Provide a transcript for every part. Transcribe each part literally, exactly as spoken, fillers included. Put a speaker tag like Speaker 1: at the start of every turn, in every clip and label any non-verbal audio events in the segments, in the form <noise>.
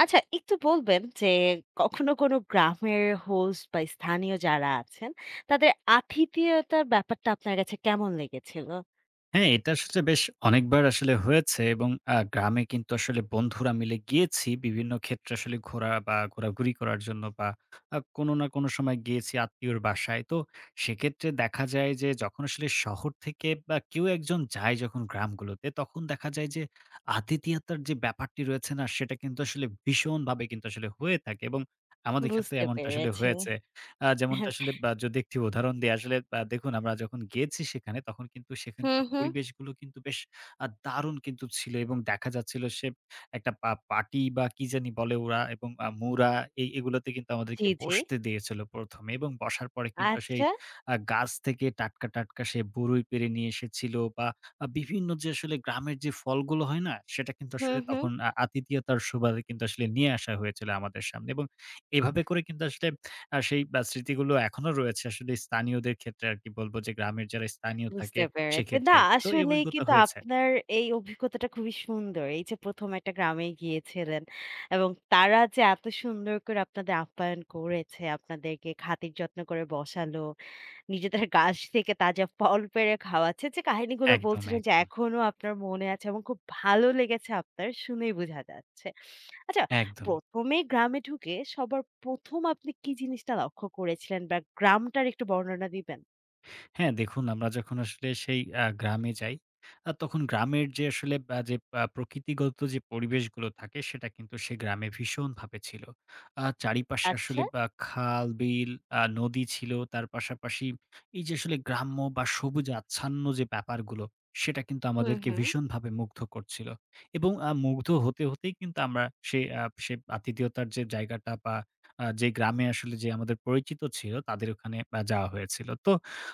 Speaker 1: আচ্ছা একটু বলবেন যে কখনো কোনো গ্রামের হোস্ট বা স্থানীয় যারা আছেন তাদের আতিথেয়তার ব্যাপারটা আপনার কাছে কেমন লেগেছিল?
Speaker 2: হ্যাঁ, এটা আসলে বেশ অনেকবার আসলে হয়েছে এবং আ গ্রামে কিন্তু আসলে বন্ধুরা মিলে গিয়েছি। বিভিন্ন ক্ষেত্রে আসলে ঘোরা বা ঘোরাঘুরি করার জন্য বা আ কোনো না কোনো সময় গিয়েছি আত্মীয়র বাসায়। তো সেক্ষেত্রে দেখা যায় যে যখন আসলে শহর থেকে বা কেউ একজন যায় যখন গ্রামগুলোতে, তখন দেখা যায় যে আতিথেয়তার যে ব্যাপারটি রয়েছে না, সেটা কিন্তু আসলে ভীষণভাবে কিন্তু আসলে হয়ে থাকে এবং আমাদের ক্ষেত্রে
Speaker 1: বুঝতে
Speaker 2: এমনটা আসলে
Speaker 1: পেরেছি।
Speaker 2: হয়েছে। আ যেমনটা আসলে বা যদি একটি উদাহরণ দেই, আসলে আ দেখুন আমরা যখন গেছি সেখানে, তখন কিন্তু
Speaker 1: হুম,
Speaker 2: সেখানকার
Speaker 1: হুম।
Speaker 2: পরিবেশগুলো কিন্তু বেশ আ দারুণ কিন্তু ছিল এবং দেখা যাচ্ছিল সে একটা পা পার্টি বা কি জানি বলে ওরা এবং আ মুরা এই এগুলোতে কিন্তু
Speaker 1: জি,
Speaker 2: আমাদেরকে
Speaker 1: জি।
Speaker 2: বসতে দিয়েছিল প্রথমে এ এবং বসার পরে কিন্তু সেই
Speaker 1: আচ্ছা।
Speaker 2: আ গাছ থেকে টাটকা, টাটকা সে বরই পেড়ে নিয়ে এসেছিল বা আ বিভিন্ন যে আসলে গ্রামের যে ফলগুলো হয় না? সেটা কিন্তু
Speaker 1: হুম,
Speaker 2: আসলে
Speaker 1: হুম।
Speaker 2: তখন আ আতিথেয়তার সুবাদে কিন্তু আসলে নিয়ে আসা হয়েছিল আমাদের সামনে এবং এভাবে করে কিন্তু আসলে আর সেই বা স্মৃতিগুলো এখনো রয়েছে আসলে স্থানীয়দের ক্ষেত্রে আরকি, বলব যে গ্রামের যারা স্থানীয়
Speaker 1: বুঝতে
Speaker 2: থাকে
Speaker 1: পেরেছি। না
Speaker 2: সেক্ষেত্রে আরকি। তো এই
Speaker 1: আসলেই
Speaker 2: অভিজ্ঞতা
Speaker 1: কিন্তু
Speaker 2: হয়েছে।
Speaker 1: আপনার এই অভিজ্ঞতাটা খুবই সুন্দর। এই যে প্রথম একটা গ্রামে গিয়েছিলেন এবং তারা যে এত সুন্দর করে আপনাদের আপ্যায়ন করেছে, আপনাদেরকে খাতির যত্ন করে বসালো। নিজেদের গাছ থেকে তাজা ফল পেড়ে খাওয়াচ্ছে যে কাহিনীগুলো
Speaker 2: একদম,
Speaker 1: বলছিলেন যে
Speaker 2: একদম,
Speaker 1: এখনো আপনার মনে আছে এবং খুব ভালো লেগেছে আপনার শুনেই বোঝা যাচ্ছে। আচ্ছা,
Speaker 2: একদমই।
Speaker 1: প্রথম এ গ্রামে ঢুকে সবার প্রথম আপনি কি জিনিসটা লক্ষ্য করেছিলেন বা গ্রামটার একটু বর্ণনা দিবেন?
Speaker 2: হ্যাঁ, দেখুন আমরা যখন আসলে সেই আ গ্রামে যাই, আ তখন গ্রামের যে আসলে আ যে আ প্রকৃতিগত যে পরিবেশগুলো থাকে সেটা কিন্তু সে গ্রামে ভীষণভাবে ছিল। আ চারিপাশে
Speaker 1: আচ্ছা।
Speaker 2: আসলে আ খাল, বিল, আ নদী ছিল। তার পাশাপাশি এই যে আসলে গ্রাম্য বা সবুজ আচ্ছন্ন যে ব্যাপারগুলো, সেটা কিন্তু
Speaker 1: হুম,
Speaker 2: আমাদেরকে
Speaker 1: হুম।
Speaker 2: ভীষণভাবে মুগ্ধ করছিল। এবং আ মুগ্ধ হতে, হতেই কিন্তু আমরা সে আ সে আতিথেয়তার যে জায়গাটা বা আ যে গ্রামে আসলে যে আমাদের পরিচিত ছিল তাদের ওখানে আ যাওয়া হয়েছিল। তো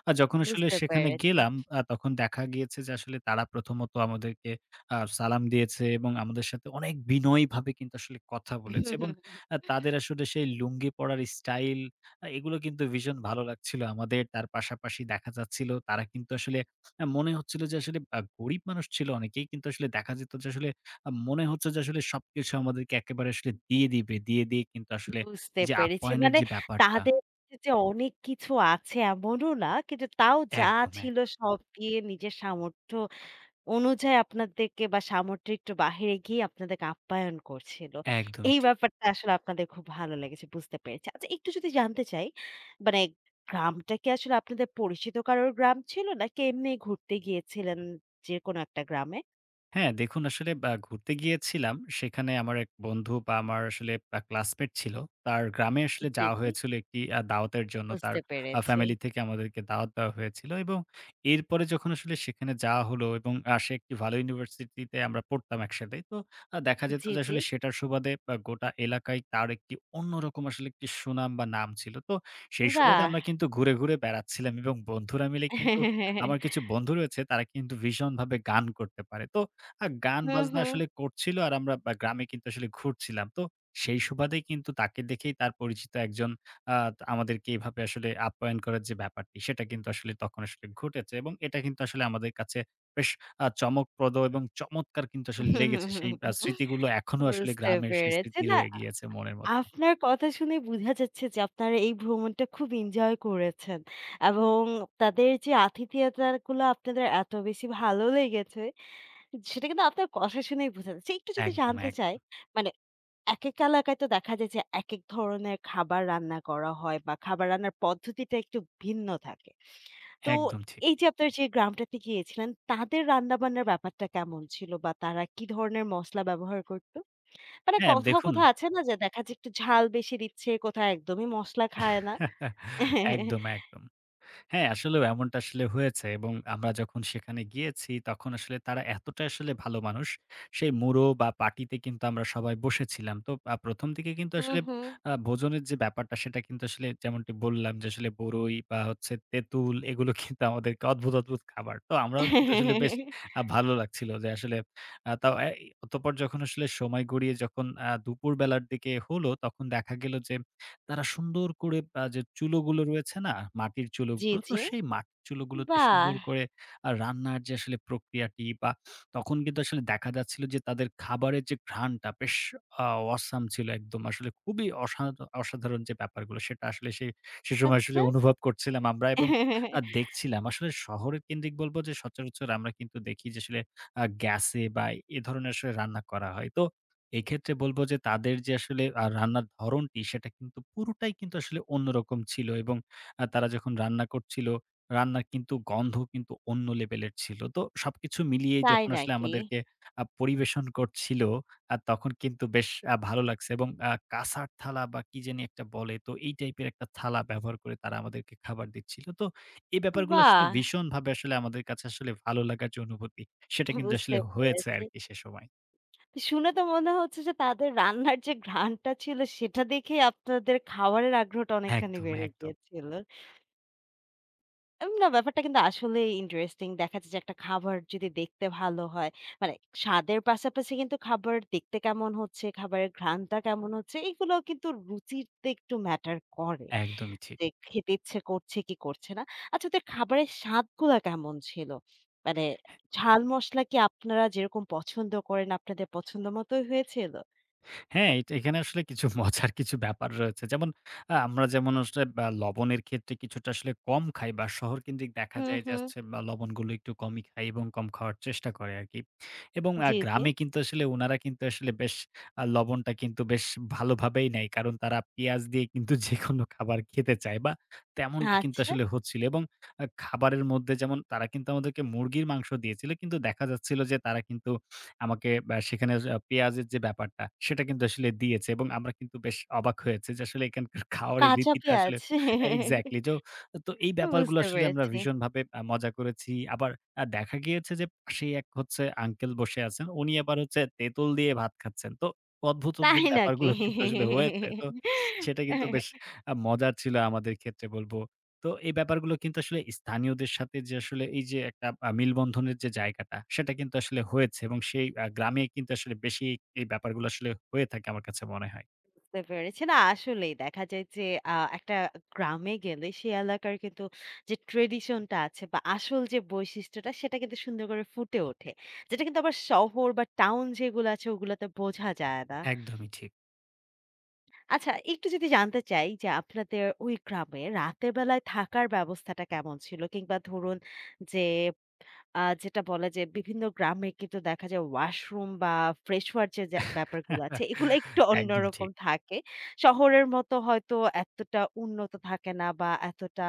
Speaker 2: আ যখন আসলে
Speaker 1: বুঝতে
Speaker 2: সেখানে
Speaker 1: পেরেছি।
Speaker 2: গেলাম আ তখন দেখা গিয়েছে যে আসলে তারা প্রথমত আমাদেরকে আ সালাম দিয়েছে এবং আমাদের সাথে অনেক বিনয়ীভাবে কিন্তু আসলে কথা
Speaker 1: <laughs> হুম
Speaker 2: বলেছে
Speaker 1: হুম
Speaker 2: এবং
Speaker 1: হুম।
Speaker 2: আ তাদের আসলে সেই লুঙ্গি পড়ার স্টাইল, আ এগুলো কিন্তু ভীষণ ভালো লাগছিল আমাদের। তার পাশাপাশি দেখা যাচ্ছিল তারা কিন্তু আসলে আ মনে হচ্ছিল যে আসলে আ গরিব মানুষ ছিল অনেকেই, কিন্তু আসলে দেখা যেত যে আসলে আ মনে হচ্ছে যে আসলে সবকিছু আমাদেরকে একেবারে আসলে দিয়ে দিবে। দিয়ে দিয়ে কিন্তু আসলে
Speaker 1: বুঝতে
Speaker 2: এই যে
Speaker 1: পেরেছি।
Speaker 2: আপ্যায়নের
Speaker 1: মানে
Speaker 2: যে ব্যাপারটা,
Speaker 1: তাদের কাছে যে অনেক কিছু আছে এমনও না। কিন্তু তাও যা
Speaker 2: একদম এক
Speaker 1: ছিল সব দিয়ে নিজের সামর্থ্য অনুযায়ী আপনাদেরকে বা সামর্থ্যের একটু বাহিরে গিয়ে আপনাদেরকে আপ্যায়ন করছিল।
Speaker 2: একদমই
Speaker 1: এই
Speaker 2: ঠিক।
Speaker 1: ব্যাপারটা আসলে আপনাদের খুব ভালো লেগেছে, বুঝতে পেরেছি। আচ্ছা, একটু যদি জানতে চাই, মানে গ্রামটা কি আসলে আপনাদের পরিচিত কারোর গ্রাম ছিল? নাকি এমনি ঘুরতে গিয়েছিলেন যে কোনো একটা গ্রামে?
Speaker 2: হ্যাঁ, দেখুন আসলে আ ঘুরতে গিয়েছিলাম। সেখানে আমার এক বন্ধু বা আমার আসলে আ ক্লাসমেট ছিল। তার গ্রামে আসলে
Speaker 1: জি,
Speaker 2: যাওয়া
Speaker 1: জি,
Speaker 2: হয়েছিল একটি আ দাওয়াতের জন্য। তার
Speaker 1: বুঝতে
Speaker 2: আ
Speaker 1: পেরেছি।
Speaker 2: ফ্যামিলি থেকে আমাদেরকে দাওয়াত দেওয়া হয়েছিল এবং এরপরে যখন আসলে সেখানে যাওয়া হলো, এবং আ সে একটি ভালো ইউনিভার্সিটিতে আমরা পড়তাম একসাথে। তো আ দেখা যেত
Speaker 1: জি,
Speaker 2: যে
Speaker 1: জি।
Speaker 2: আসলে সেটার সুবাদে আ গোটা এলাকায় তার একটি অন্যরকম আসলে একটি সুনাম বা নাম ছিল। তো সেই সুবাদে
Speaker 1: বাহ!
Speaker 2: আমরা কিন্তু ঘুরে, ঘুরে বেড়াচ্ছিলাম এবং বন্ধুরা মিলে কিন্তু আমার কিছু
Speaker 1: <laughs>
Speaker 2: বন্ধু রয়েছে তারা কিন্তু ভীষণভাবে গান করতে পারে। তো আ
Speaker 1: হুম,
Speaker 2: গান-বাজনা
Speaker 1: হুম।
Speaker 2: আসলে করছিল, আর আমরা বা গ্রামে কিন্তু আসলে ঘুরছিলাম। তো সেই সুবাদেই কিন্তু তাকে দেখেই তার পরিচিত একজন আ আমাদেরকে এভাবে আসলে আপ্যায়ন করার যে ব্যাপারটি, সেটা কিন্তু আসলে তখন আসলে ঘটেছে এবং এটা কিন্তু আসলে আমাদের কাছে বেশ আ চমকপ্রদ এবং চমৎকার কিন্তু আসলে লেগেছে। সেই আ স্মৃতিগুলো এখনো আসলে
Speaker 1: বুঝতে
Speaker 2: গ্রামের সেই
Speaker 1: পেরেছি।
Speaker 2: স্মৃতি
Speaker 1: না,
Speaker 2: রয়ে গিয়েছে মনের মধ্যে।
Speaker 1: আপনার কথা শুনে বুঝা যাচ্ছে যে আপনারা এই ভ্রমণটা খুব এনজয় করেছেন এবং তাদের যে আতিথেয়তাগুলো আপনাদের এত বেশি ভালো লেগেছে সেটা কিন্তু আপনার কথা শুনেই বোঝা যাচ্ছে। একটু যদি
Speaker 2: একদম,
Speaker 1: জানতে চাই,
Speaker 2: একদম,
Speaker 1: মানে একেক এলাকায় তো দেখা যায় যে একেক ধরনের খাবার রান্না করা হয় বা খাবার রান্নার পদ্ধতিটা একটু ভিন্ন থাকে। তো
Speaker 2: একদম ঠিক।
Speaker 1: এই যে আপনার যে গ্রামটাতে গিয়েছিলেন তাদের রান্নাবান্নার ব্যাপারটা কেমন ছিল বা তারা কি ধরনের মসলা ব্যবহার করত? মানে
Speaker 2: হ্যাঁ,
Speaker 1: কোথাও,
Speaker 2: দেখুন
Speaker 1: কোথাও আছে না যে দেখা যায় একটু ঝাল বেশি দিচ্ছে, কোথাও একদমই মসলা খায় না।
Speaker 2: <laughs> একদম, একদম। হ্যাঁ, আসলেও এমনটা আসলে হয়েছে এবং আমরা যখন সেখানে গিয়েছি তখন আসলে তারা এতটাই আসলে ভালো মানুষ। সেই মুড়ো বা পার্টিতে কিন্তু আমরা সবাই বসেছিলাম। তো আ প্রথম দিকে কিন্তু
Speaker 1: হুম,
Speaker 2: আসলে
Speaker 1: হুম।
Speaker 2: আ ভোজনের যে ব্যাপারটা সেটা কিন্তু আসলে যেমনটি বললাম যে আসলে বরই বা হচ্ছে তেঁতুল এগুলো কিন্তু আমাদেরকে অদ্ভুত, অদ্ভুত খাবার। তো আমরাও কিন্তু আসলে বেশ আ ভালো লাগছিল যে আসলে আ তাও অ্যা অতঃপর যখন আসলে সময় গড়িয়ে যখন আ দুপুরবেলার দিকে হলো তখন দেখা গেল যে তারা সুন্দর করে আ যে চুলোগুলো রয়েছে না? মাটির
Speaker 1: জি,
Speaker 2: চুলোগুলো, তো
Speaker 1: জি।
Speaker 2: সেই মাটির চুলোগুলোতে
Speaker 1: বাহ!
Speaker 2: সুন্দর করে আ রান্নার যে আসলে প্রক্রিয়াটি বা তখন কিন্তু আসলে দেখা যাচ্ছিল যে তাদের খাবারের যে ঘ্রাণটা বেশ আ অসাম ছিল একদম, আসলে খুবই অসাধ অসাধারণ যে ব্যাপারগুলো সেটা আসলে সে সে সময় আসলে
Speaker 1: আচ্ছা।
Speaker 2: অনুভব করছিলাম আমরা এবং আ দেখছিলাম। আসলে শহরের কেন্দ্রিক বলব যে সচরাচর আমরা কিন্তু দেখি যে আসলে আ গ্যাসে বা এ ধরনের আসলে রান্না করা হয়। তো এক্ষেত্রে বলব যে তাদের যে আসলে আ রান্নার ধরনটি সেটা কিন্তু পুরোটাই কিন্তু আসলে অন্যরকম ছিল, এবং আ তারা যখন রান্না করছিল, রান্নার কিন্তু গন্ধ কিন্তু অন্য লেভেলের ছিল। তো সবকিছু মিলিয়ে
Speaker 1: তাই
Speaker 2: যখন আসলে
Speaker 1: নাকি?
Speaker 2: আমাদেরকে আ পরিবেশন করছিল, আ তখন কিন্তু বেশ আ ভালো লাগছে, এবং আ কাঁসার থালা বা কি জানি একটা বলে, তো এই টাইপের একটা থালা ব্যবহার করে তারা আমাদেরকে খাবার দিচ্ছিল। তো এই ব্যাপারগুলো আসলে
Speaker 1: বাহ!
Speaker 2: ভীষণভাবে আসলে আমাদের কাছে আসলে ভালো লাগার যে অনুভূতি, সেটা কিন্তু
Speaker 1: বুঝতে
Speaker 2: আসলে হয়েছে
Speaker 1: পেরেছি।
Speaker 2: আরকি সে সময়।
Speaker 1: তো শুনে তো মনে হচ্ছে যে তাদের রান্নার যে ঘ্রাণটা ছিল সেটা দেখেই আপনাদের খাবারের আগ্রহটা অনেকখানি
Speaker 2: একদম,
Speaker 1: বেড়ে
Speaker 2: একদম।
Speaker 1: গিয়েছিল। উম, না, ব্যাপারটা কিন্তু আসলেই ইন্টারেস্টিং। দেখা যায় যে একটা খাবার যদি দেখতে ভালো হয়, মানে স্বাদের পাশাপাশি কিন্তু খাবার দেখতে কেমন হচ্ছে, খাবারের ঘ্রাণটা কেমন হচ্ছে, এগুলোও কিন্তু রুচিতে একটু ম্যাটার করে।
Speaker 2: একদমই ঠিক।
Speaker 1: যে খেতে ইচ্ছে করছে কি করছে না। আচ্ছা, তো খাবারের স্বাদগুলা কেমন ছিল? মানে ঝাল মসলা কি আপনারা যেরকম পছন্দ করেন আপনাদের পছন্দ মতোই হয়েছিল?
Speaker 2: হ্যাঁ, এট এখানে আসলে কিছু <laughs> মজার কিছু ব্যাপার রয়েছে। যেমন আ আমরা যেমন আসলে বা লবণের ক্ষেত্রে কিছুটা আসলে কম খাই বা শহরকেন্দ্রিক দেখা
Speaker 1: হুম,
Speaker 2: যায় যে
Speaker 1: হুম।
Speaker 2: হচ্ছে বা লবণগুলো একটু কমই খাই এবং কম খাওয়ার চেষ্টা করে আরকি। এবং আ
Speaker 1: জি, জি।
Speaker 2: গ্রামে কিন্তু আসলে উনারা কিন্তু আসলে বেশ আ লবণটা কিন্তু বেশ ভালোভাবেই নেয়। কারণ তারা পেঁয়াজ দিয়ে কিন্তু <laughs> যেকোনো খাবার খেতে চায় বা তেমনটা কিন্তু
Speaker 1: আচ্ছা।
Speaker 2: আসলে হচ্ছিল। এবং আ খাবারের মধ্যে যেমন তারা কিন্তু আমাদেরকে মুরগির মাংস দিয়েছিল। কিন্তু দেখা যাচ্ছিল যে তারা কিন্তু আমাকে আ সেখানে আ পেঁয়াজের যে ব্যাপারটা, সেটা কিন্তু আসলে দিয়েছে, এবং আমরা কিন্তু বেশ অবাক হয়েছি যে আসলে এখানকার <laughs> খাওয়ারের
Speaker 1: কাঁচা
Speaker 2: রীতিটা
Speaker 1: পেঁয়াজ।
Speaker 2: আসলে এক্সাক্টলি।
Speaker 1: <laughs>
Speaker 2: তো তো এই ব্যাপারগুলো
Speaker 1: বুঝতে
Speaker 2: আসলে আমরা
Speaker 1: পেরেছি।
Speaker 2: ভীষণভাবে আ মজা করেছি। আবার আ দেখা গিয়েছে যে পাশেই এক হচ্ছে আঙ্কেল বসে আছেন। উনি আবার হচ্ছে তেঁতুল দিয়ে ভাত খাচ্ছেন। তো অদ্ভুত,
Speaker 1: তাই
Speaker 2: অদ্ভুত <laughs>
Speaker 1: নাকি?
Speaker 2: ব্যাপারগুলো কিন্তু আসলে হয়েছে। তো সেটা কিন্তু বেশ আ মজার ছিল আমাদের ক্ষেত্রে বলব। তো এই ব্যাপারগুলো কিন্তু আসলে স্থানীয়দের সাথে যে আসলে এই যে একটা আ মেলবন্ধনের যে জায়গাটা, সেটা কিন্তু আসলে হয়েছে এবং সেই আ গ্রামে কিন্তু আসলে বেশি এই ব্যাপারগুলো আসলে হয়ে থাকে আমার কাছে মনে হয়।
Speaker 1: বুঝতে পেরেছি। না, আসলেই দেখা যায় যে আ একটা গ্রামে গেলে সে এলাকার কিন্তু যে ট্র্যাডিশন টা আছে বা আসল যে বৈশিষ্ট্যটা সেটা কিন্তু সুন্দর করে ফুটে ওঠে। যেটা কিন্তু আবার শহর বা টাউন যেগুলো আছে ওগুলাতে বোঝা যায় না।
Speaker 2: একদমই ঠিক।
Speaker 1: আচ্ছা, একটু যদি জানতে চাই যে আপনাদের ওই গ্রামে রাতের বেলায় থাকার ব্যবস্থাটা কেমন ছিল? কিংবা ধরুন যে আ যেটা বলে যে বিভিন্ন গ্রামে কিন্তু দেখা যায় ওয়াশরুম বা ফ্রেশওয়ার যে যা ব্যাপারগুলো আছে এগুলো একটু
Speaker 2: <laughs> একদম
Speaker 1: অন্যরকম
Speaker 2: ঠিক।
Speaker 1: থাকে। শহরের মতো হয়তো এতটা উন্নত থাকে না বা এতটা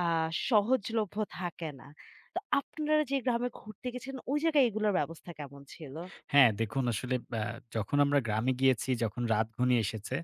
Speaker 1: আ সহজলভ্য থাকে না। তো আপনারা যে গ্রামে ঘুরতে গেছেন ওই জায়গায় এগুলোর ব্যবস্থা কেমন ছিল?
Speaker 2: হ্যাঁ, দেখুন আসলে আ যখন আমরা গ্রামে গিয়েছি, যখন রাত ঘনিয়ে এসেছে,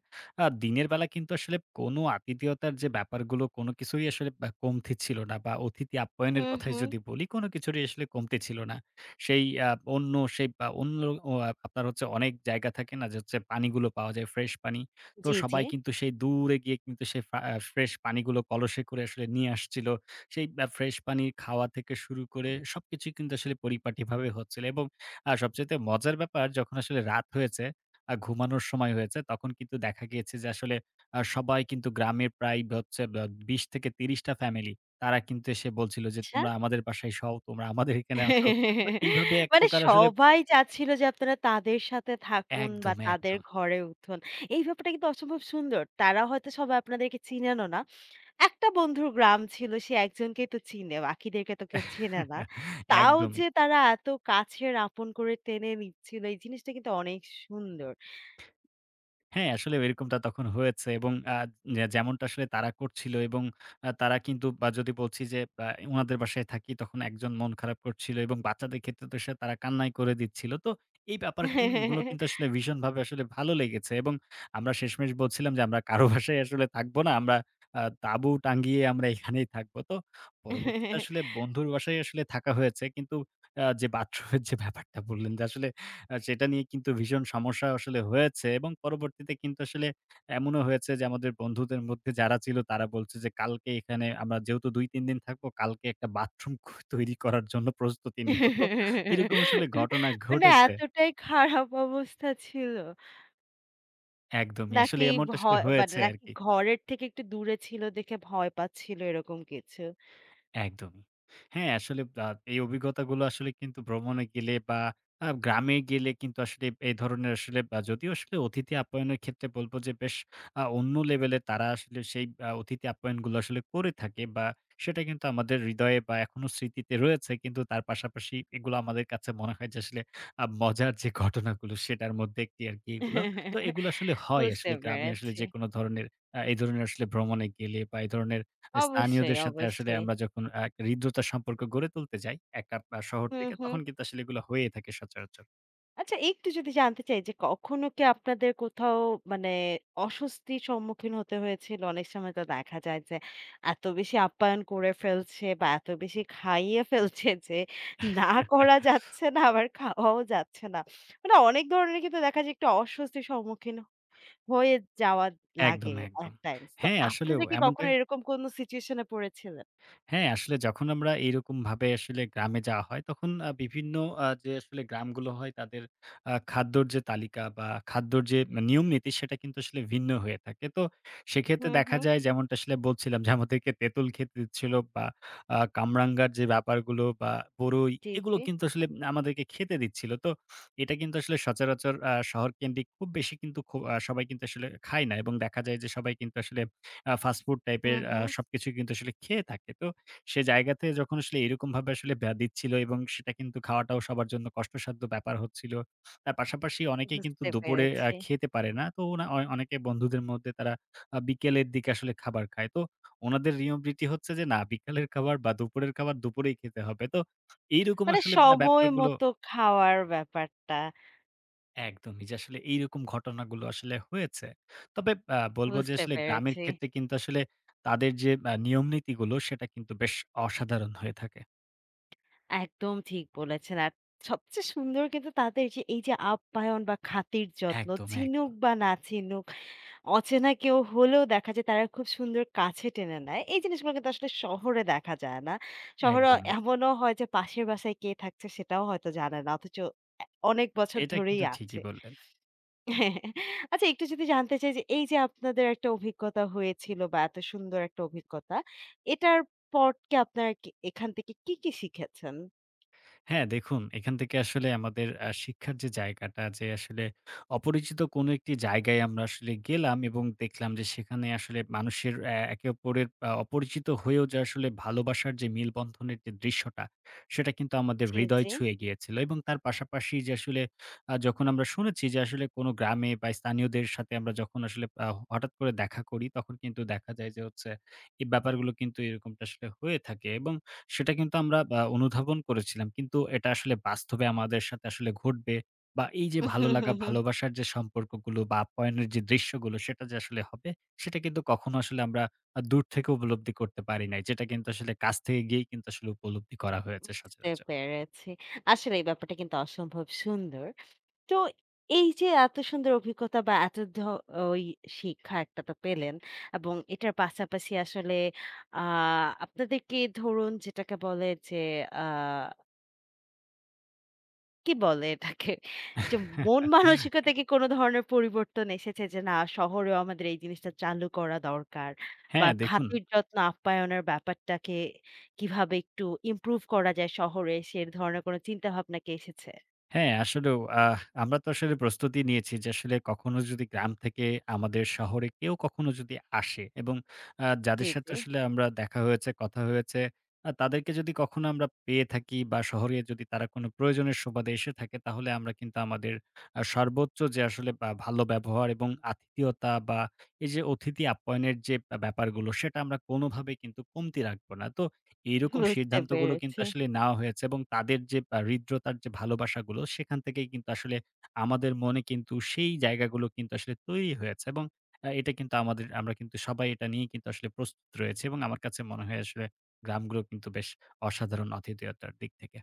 Speaker 2: আ দিনের বেলা কিন্তু আসলে কোনো আতিথেয়তার যে ব্যাপারগুলো, কোনো কিছুই আসলে আ কমতি ছিল না, বা অতিথি আপ্যায়নের
Speaker 1: হুম,
Speaker 2: কথাই
Speaker 1: হুম।
Speaker 2: যদি বলি, কোনো কিছুরই আসলে কমতি ছিল না। সেই আ অন্য সেই আ অন্য ও আহ, আপনার হচ্ছে অনেক জায়গা থাকে না যে হচ্ছে পানিগুলো পাওয়া যায় ফ্রেশ পানি। তো
Speaker 1: জি, জি।
Speaker 2: সবাই কিন্তু সেই দূরে গিয়ে কিন্তু সেই ফা আ ফ্রেশ পানিগুলো কলসে করে আসলে নিয়ে আসছিল। সেই আ ফ্রেশ পানি খাওয়া থেকে শুরু করে সবকিছুই কিন্তু আসলে পরিপাটিভাবে হচ্ছিল, এবং আর সবচাইতে মজার ব্যাপার যখন আসলে রাত হয়েছে, আ ঘুমানোর সময় হয়েছে, তখন কিন্তু দেখা গিয়েছে যে আসলে আ সবাই কিন্তু গ্রামের প্রায় হচ্ছে বা বিশ থেকে ত্রিশ টা ফ্যামিলি, তারা কিন্তু এসে বলছিল যে,
Speaker 1: আচ্ছা।
Speaker 2: "তোমরা আমাদের বাসায় সও, তোমরা আমাদের এখানে আসো।" তো
Speaker 1: <laughs>
Speaker 2: এইভাবে এক
Speaker 1: মানে
Speaker 2: প্রকার আসলে
Speaker 1: সবাই চাচ্ছিল যে আপনারা তাদের সাথে থাকুন বা
Speaker 2: একদম,
Speaker 1: তাদের
Speaker 2: একদম।
Speaker 1: ঘরে উঠুন। এই ব্যাপারটা কিন্তু অসম্ভব সুন্দর। তারা হয়তো সবাই আপনাদেরকে চিনেনও না। একটা বন্ধুর গ্রাম ছিল, সে একজনকেই তো চিনে, বাকিদেরকে তো কেউ চেনে না।
Speaker 2: <laughs>
Speaker 1: তাও
Speaker 2: একদমই।
Speaker 1: যে তারা এত কাছের আপন করে টেনে নিচ্ছিল এই জিনিসটা কিন্তু অনেক সুন্দর।
Speaker 2: হ্যাঁ, আসলে এরকমটা তখন হয়েছে এবং আ যে যেমনটা আসলে তারা করছিল, এবং আ তারা কিন্তু বা যদি বলছি যে আ উনাদের বাসায় থাকি তখন একজন মন খারাপ করছিল এবং বাচ্চাদের ক্ষেত্রে তো সে তারা কান্নাই করে দিচ্ছিল। তো এই ব্যাপারগুল গুলো কিন্তু আসলে ভীষণভাবে আসলে ভালো লেগেছে এবং আমরা শেষমেশ বলছিলাম যে আমরা কারো বাসায় আসলে থাকবো না। আমরা আ তাঁবু টাঙ্গিয়ে আমরা এখানেই থাকবো। তো পরবর্তীতে আসলে
Speaker 1: <laughs>
Speaker 2: বন্ধুর বাসায় আসলে থাকা হয়েছে। কিন্তু আ যে বাথরুমের যে ব্যাপারটা বললেন যে আসলে আ সেটা নিয়ে কিন্তু ভীষণ সমস্যা আসলে হয়েছে, এবং পরবর্তীতে কিন্তু আসলে এমনও হয়েছে যে আমাদের বন্ধুদের মধ্যে যারা ছিল তারা বলছে যে, "কালকে এখানে আমরা যেহেতু দুই তিন দিন থাকবো, কালকে একটা বাথরুম ক তৈরি করার জন্য প্রস্তুতি নিবো।" তো এরকম আসলে ঘটনা
Speaker 1: মানে
Speaker 2: ঘটেছে।
Speaker 1: এতটাই খারাপ অবস্থা ছিল।
Speaker 2: একদমই আসলে
Speaker 1: নাকি
Speaker 2: এমনটা আসলে
Speaker 1: ভয়, মানে
Speaker 2: হয়েছে
Speaker 1: নাকি
Speaker 2: আরকি।
Speaker 1: ঘরের থেকে একটু দূরে ছিল দেখে ভয় পাচ্ছিল এরকম কিছু।
Speaker 2: একদমই। হ্যাঁ, আসলে আ এই অভিজ্ঞতাগুলো আসলে কিন্তু ভ্রমণে গেলে বা আ গ্রামে গেলে কিন্তু আসলে এই ধরনের আসলে আ যদিও আসলে অতিথি আপ্যায়নের ক্ষেত্রে বলব যে বেশ আ অন্য লেভেলে তারা আসলে সেই আ অতিথি আপ্যায়নগুলো আসলে করে থাকে, বা সেটা কিন্তু আমাদের হৃদয়ে বা এখনো স্মৃতিতে রয়েছে। কিন্তু তার পাশাপাশি এগুলো আমাদের কাছে মনে হয় যে আসলে আ মজার যে ঘটনাগুলো সেটার মধ্যে একটি আরকি এগুলো। তো এগুলো আসলে হয়
Speaker 1: বুঝতে
Speaker 2: আসলে গ্রামে আসলে
Speaker 1: পেরেছি।
Speaker 2: যেকোনো ধরনের আ এই ধরনের আসলে ভ্রমণে গেলে, বা এই ধরনের
Speaker 1: অবশ্যই,
Speaker 2: স্থানীয়দের সাথে আসলে
Speaker 1: অবশ্যই।
Speaker 2: আমরা যখন আ একটা হৃদ্রতার সম্পর্ক গড়ে তুলতে যাই, একটা আ শহর
Speaker 1: হুম,
Speaker 2: থেকে,
Speaker 1: হুম।
Speaker 2: তখন কিন্তু আসলে এগুলো হয়ে থাকে সচরাচর।
Speaker 1: আচ্ছা, একটু যদি জানতে চাই যে কখনো কি আপনাদের কোথাও, মানে অস্বস্তির সম্মুখীন হতে হয়েছিল? অনেক সময় তো দেখা যায় যে এত বেশি আপ্যায়ন করে ফেলছে বা এত বেশি খাইয়ে ফেলছে যে না করা
Speaker 2: <laughs>
Speaker 1: যাচ্ছে না, আবার খাওয়াও যাচ্ছে না। মানে অনেক ধরনের কিন্তু দেখা যায় একটু অস্বস্তির সম্মুখীন হয়ে যাওয়া
Speaker 2: একদম,
Speaker 1: লাগে at
Speaker 2: একদম।
Speaker 1: times। তো
Speaker 2: হ্যাঁ, আসলেও
Speaker 1: আপনারা কি
Speaker 2: এমনটা
Speaker 1: কখনো এরকম কোনো সিচুয়েশন এ পড়েছিলেন?
Speaker 2: হ্যাঁ, আসলে যখন আমরা এইরকমভাবে আসলে গ্রামে যাওয়া হয়, তখন আ বিভিন্ন আ যে আসলে গ্রামগুলো হয় তাদের আ খাদ্যর যে তালিকা বা খাদ্যর যে নিয়ম-নীতি সেটা কিন্তু আসলে ভিন্ন হয়ে থাকে। তো সেক্ষেত্রে
Speaker 1: হুম,
Speaker 2: দেখা
Speaker 1: হুম।
Speaker 2: যায় যেমনটা আসলে বলছিলাম যে আমাদেরকে তেঁতুল খেতে দিচ্ছিল বা আ কামরাঙ্গার যে ব্যাপারগুলো বা বরই
Speaker 1: জি,
Speaker 2: এগুলো
Speaker 1: জি।
Speaker 2: কিন্তু আসলে আমাদেরকে খেতে দিচ্ছিল। তো এটা কিন্তু আসলে সচরাচর আ শহরকেন্দ্রিক খুব বেশি কিন্তু খু আ সবাই কিন্তু আসলে খায় না, এবং দেখা যায় যে সবাই কিন্তু আসলে আ ফাস্ট ফুড
Speaker 1: হুম,
Speaker 2: টাইপের আ
Speaker 1: হুম।
Speaker 2: সবকিছু কিন্তু আসলে খেয়ে থাকে। তো সে জায়গাতে যখন আসলে এরকমভাবে আসলে ব্যা দিচ্ছিল, এবং সেটা কিন্তু খাওয়াটাও সবার জন্য কষ্টসাধ্য ব্যাপার হচ্ছিল। তার পাশাপাশি অনেকে কিন্তু
Speaker 1: বুঝতে
Speaker 2: দুপুরে আ
Speaker 1: পেরেছি।
Speaker 2: খেতে পারে না। তো ওনা অ অনেকে বন্ধুদের মধ্যে তারা আ বিকেলের দিকে আসলে খাবার খায়। তো ওনাদের নিয়ম-রীতি হচ্ছে যে না বিকালের খাবার বা দুপুরের খাবার দুপুরেই খেতে হবে। তো এইরকম
Speaker 1: মানে
Speaker 2: আসলে ব্যা
Speaker 1: সময়
Speaker 2: ব্যাপারগুলো
Speaker 1: মতো খাওয়ার ব্যাপারটা।
Speaker 2: একদমই যে আসলে এইরকম ঘটনাগুলো আসলে হয়েছে। তবে আ বলব যে
Speaker 1: বুঝতে
Speaker 2: আসলে গ্রামের
Speaker 1: পেরেছি।
Speaker 2: ক্ষেত্রে কিন্তু আসলে তাদের যে আ নিয়ম নীতিগুলো সেটা কিন্তু বেশ অসাধারণ হয়ে থাকে।
Speaker 1: একদম ঠিক বলেছেন। আর সবচেয়ে সুন্দর কিন্তু তাদের যে এই যে আপ্যায়ন বা খাতির যত্ন,
Speaker 2: একদম,
Speaker 1: চিনুক
Speaker 2: একদম,
Speaker 1: বা না চিনুক, অচেনা কেউ হলেও দেখা যায় তারা খুব সুন্দর কাছে টেনে নেয়। এই জিনিসগুলো কিন্তু আসলে শহরে দেখা যায় না। শহরে
Speaker 2: একদম।
Speaker 1: এমনও হয় যে পাশের বাসায় কে থাকছে সেটাও হয়তো জানে না। অথচ এ অনেক বছর
Speaker 2: এটা
Speaker 1: ধরেই
Speaker 2: কিন্তু
Speaker 1: আছে।
Speaker 2: ঠিকই বললেন।
Speaker 1: হ্যাঁ। আচ্ছা, একটু যদি জানতে চাই যে এই যে আপনাদের একটা অভিজ্ঞতা হয়েছিল বা এত সুন্দর একটা অভিজ্ঞতা, এটার পরকে আপনারা কি এখান থেকে কি, কি শিখেছেন?
Speaker 2: হ্যাঁ, দেখুন এখান থেকে আসলে আমাদের আ শিক্ষার যে জায়গাটা যে আসলে অপরিচিত কোনো একটি জায়গায় আমরা আসলে গেলাম এবং দেখলাম যে সেখানে আসলে মানুষের অ্যা একে অপরের আ অপরিচিত হয়েও যে আসলে ভালোবাসার যে মেলবন্ধনের যে দৃশ্যটা, সেটা কিন্তু আমাদের
Speaker 1: জি,
Speaker 2: হৃদয়
Speaker 1: জি।
Speaker 2: ছুঁয়ে গিয়েছিল, এবং তার পাশাপাশি যে আসলে আ যখন আমরা শুনেছি যে আসলে কোনো গ্রামে বা স্থানীয়দের সাথে আমরা যখন আসলে আ হঠাৎ করে দেখা করি তখন কিন্তু দেখা যায় যে হচ্ছে এই ব্যাপারগুলো কিন্তু এরকমটা আসলে হয়ে থাকে, এবং সেটা কিন্তু আমরা আ অনুধাবন করেছিলাম। কিন্তু এটা আসলে বাস্তবে আমাদের সাথে আসলে ঘটবে বা এই যে ভালো লাগা, ভালোবাসার যে সম্পর্কগুলো বা আপ্যায়নের যে দৃশ্যগুলো সেটা যে আসলে হবে, সেটা কিন্তু কখনো আসলে আমরা আ দূর থেকে উপলব্ধি করতে পারি নাই। যেটা কিন্তু আসলে কাছ থেকে গিয়েই কিন্তু আসলে উপলব্ধি করা হয়েছে
Speaker 1: বুঝতে
Speaker 2: সচরাচর।
Speaker 1: পেরেছি। আসলে এই ব্যাপারটা কিন্তু অসম্ভব সুন্দর। তো এই যে এত সুন্দর অভিজ্ঞতা বা এত ধ ওই শিক্ষা একটা তো পেলেন এবং এটার পাশাপাশি আসলে আ আপনাদেরকে, ধরুন, যেটাকে বলে যে আ কি বলে এটাকে? যে মন মানসিকতা
Speaker 2: <laughs>
Speaker 1: কি কোনো ধরনের পরিবর্তন এসেছে যে না শহরেও আমাদের এই জিনিসটা চালু করা দরকার বা
Speaker 2: হ্যাঁ, দেখুন
Speaker 1: খাতির যত্ন আপ্যায়নের ব্যাপারটাকে কিভাবে একটু ইমপ্রুভ করা যায় শহরে সে ধরনের কোনো চিন্তাভাবনা কি এসেছে?
Speaker 2: হ্যাঁ, আসলেও আহ আমরা তো আসলে প্রস্তুতি নিয়েছি যে আসলে কখনো যদি গ্রাম থেকে আমাদের শহরে কেউ কখনো যদি আসে, এবং আ
Speaker 1: জি,
Speaker 2: যাদের সাথে
Speaker 1: জি,
Speaker 2: আসলে আমরা দেখা হয়েছে, কথা হয়েছে, আ তাদেরকে যদি কখনো আমরা পেয়ে থাকি বা শহরে যদি তারা কোনো প্রয়োজনের সুবাদে এসে থাকে, তাহলে আমরা কিন্তু আমাদের আ সর্বোচ্চ যে আসলে বা ভালো ব্যবহার এবং আতিথেয়তা বা এই যে অতিথি আপ্যায়নের যে ব্যা ব্যাপারগুলো সেটা আমরা কোনোভাবেই কিন্তু কমতি রাখবো না। তো এইরকম
Speaker 1: বুঝতে
Speaker 2: সিদ্ধান্তগুলো কিন্তু
Speaker 1: পেরেছি।
Speaker 2: আসলে নেওয়া হয়েছে এবং তাদের যে আ হৃদ্রতার যে ভালোবাসাগুলো সেখান থেকেই কিন্তু আসলে আমাদের মনে কিন্তু সেই জায়গাগুলো কিন্তু আসলে তৈরি হয়েছে, এবং আ এটা কিন্তু আমাদের আমরা কিন্তু সবাই এটা নিয়ে কিন্তু আসলে প্রস্তুত রয়েছি, এবং আমার কাছে মনে হয় আসলে গ্রামগুলো কিন্তু বেশ অসাধারণ আতিথেয়তার দিক থেকে।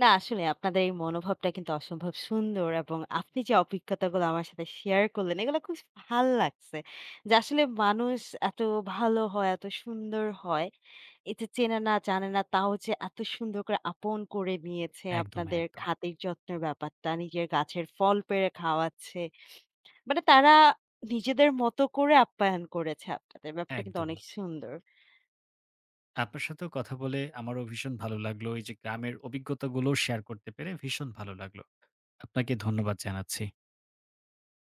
Speaker 1: না, আসলে আপনাদের এই মনোভাবটা কিন্তু অসম্ভব সুন্দর এবং আপনি যে অভিজ্ঞতাগুলো আমার সাথে শেয়ার করলেন এগুলো খুব ভাল লাগছে। যে আসলে মানুষ এত ভালো হয়, এত সুন্দর হয়, এই যে চেনে না জানে না তাও যে এত সুন্দর করে আপন করে নিয়েছে,
Speaker 2: একদম,
Speaker 1: আপনাদের
Speaker 2: একদম,
Speaker 1: খাতির যত্নের ব্যাপারটা নিজের গাছের ফল পেড়ে খাওয়াচ্ছে, মানে তারা নিজেদের মতো করে আপ্যায়ন করেছে আপনাদের, ব্যাপারটা কিন্তু অনেক
Speaker 2: একদমই।
Speaker 1: সুন্দর।
Speaker 2: আপনার সাথেও কথা বলে আমারও ভীষণ ভালো লাগলো। এই যে গ্রামের অভিজ্ঞতাগুলো শেয়ার করতে পেরে ভীষণ ভালো লাগলো। আপনাকে ধন্যবাদ জানাচ্ছি।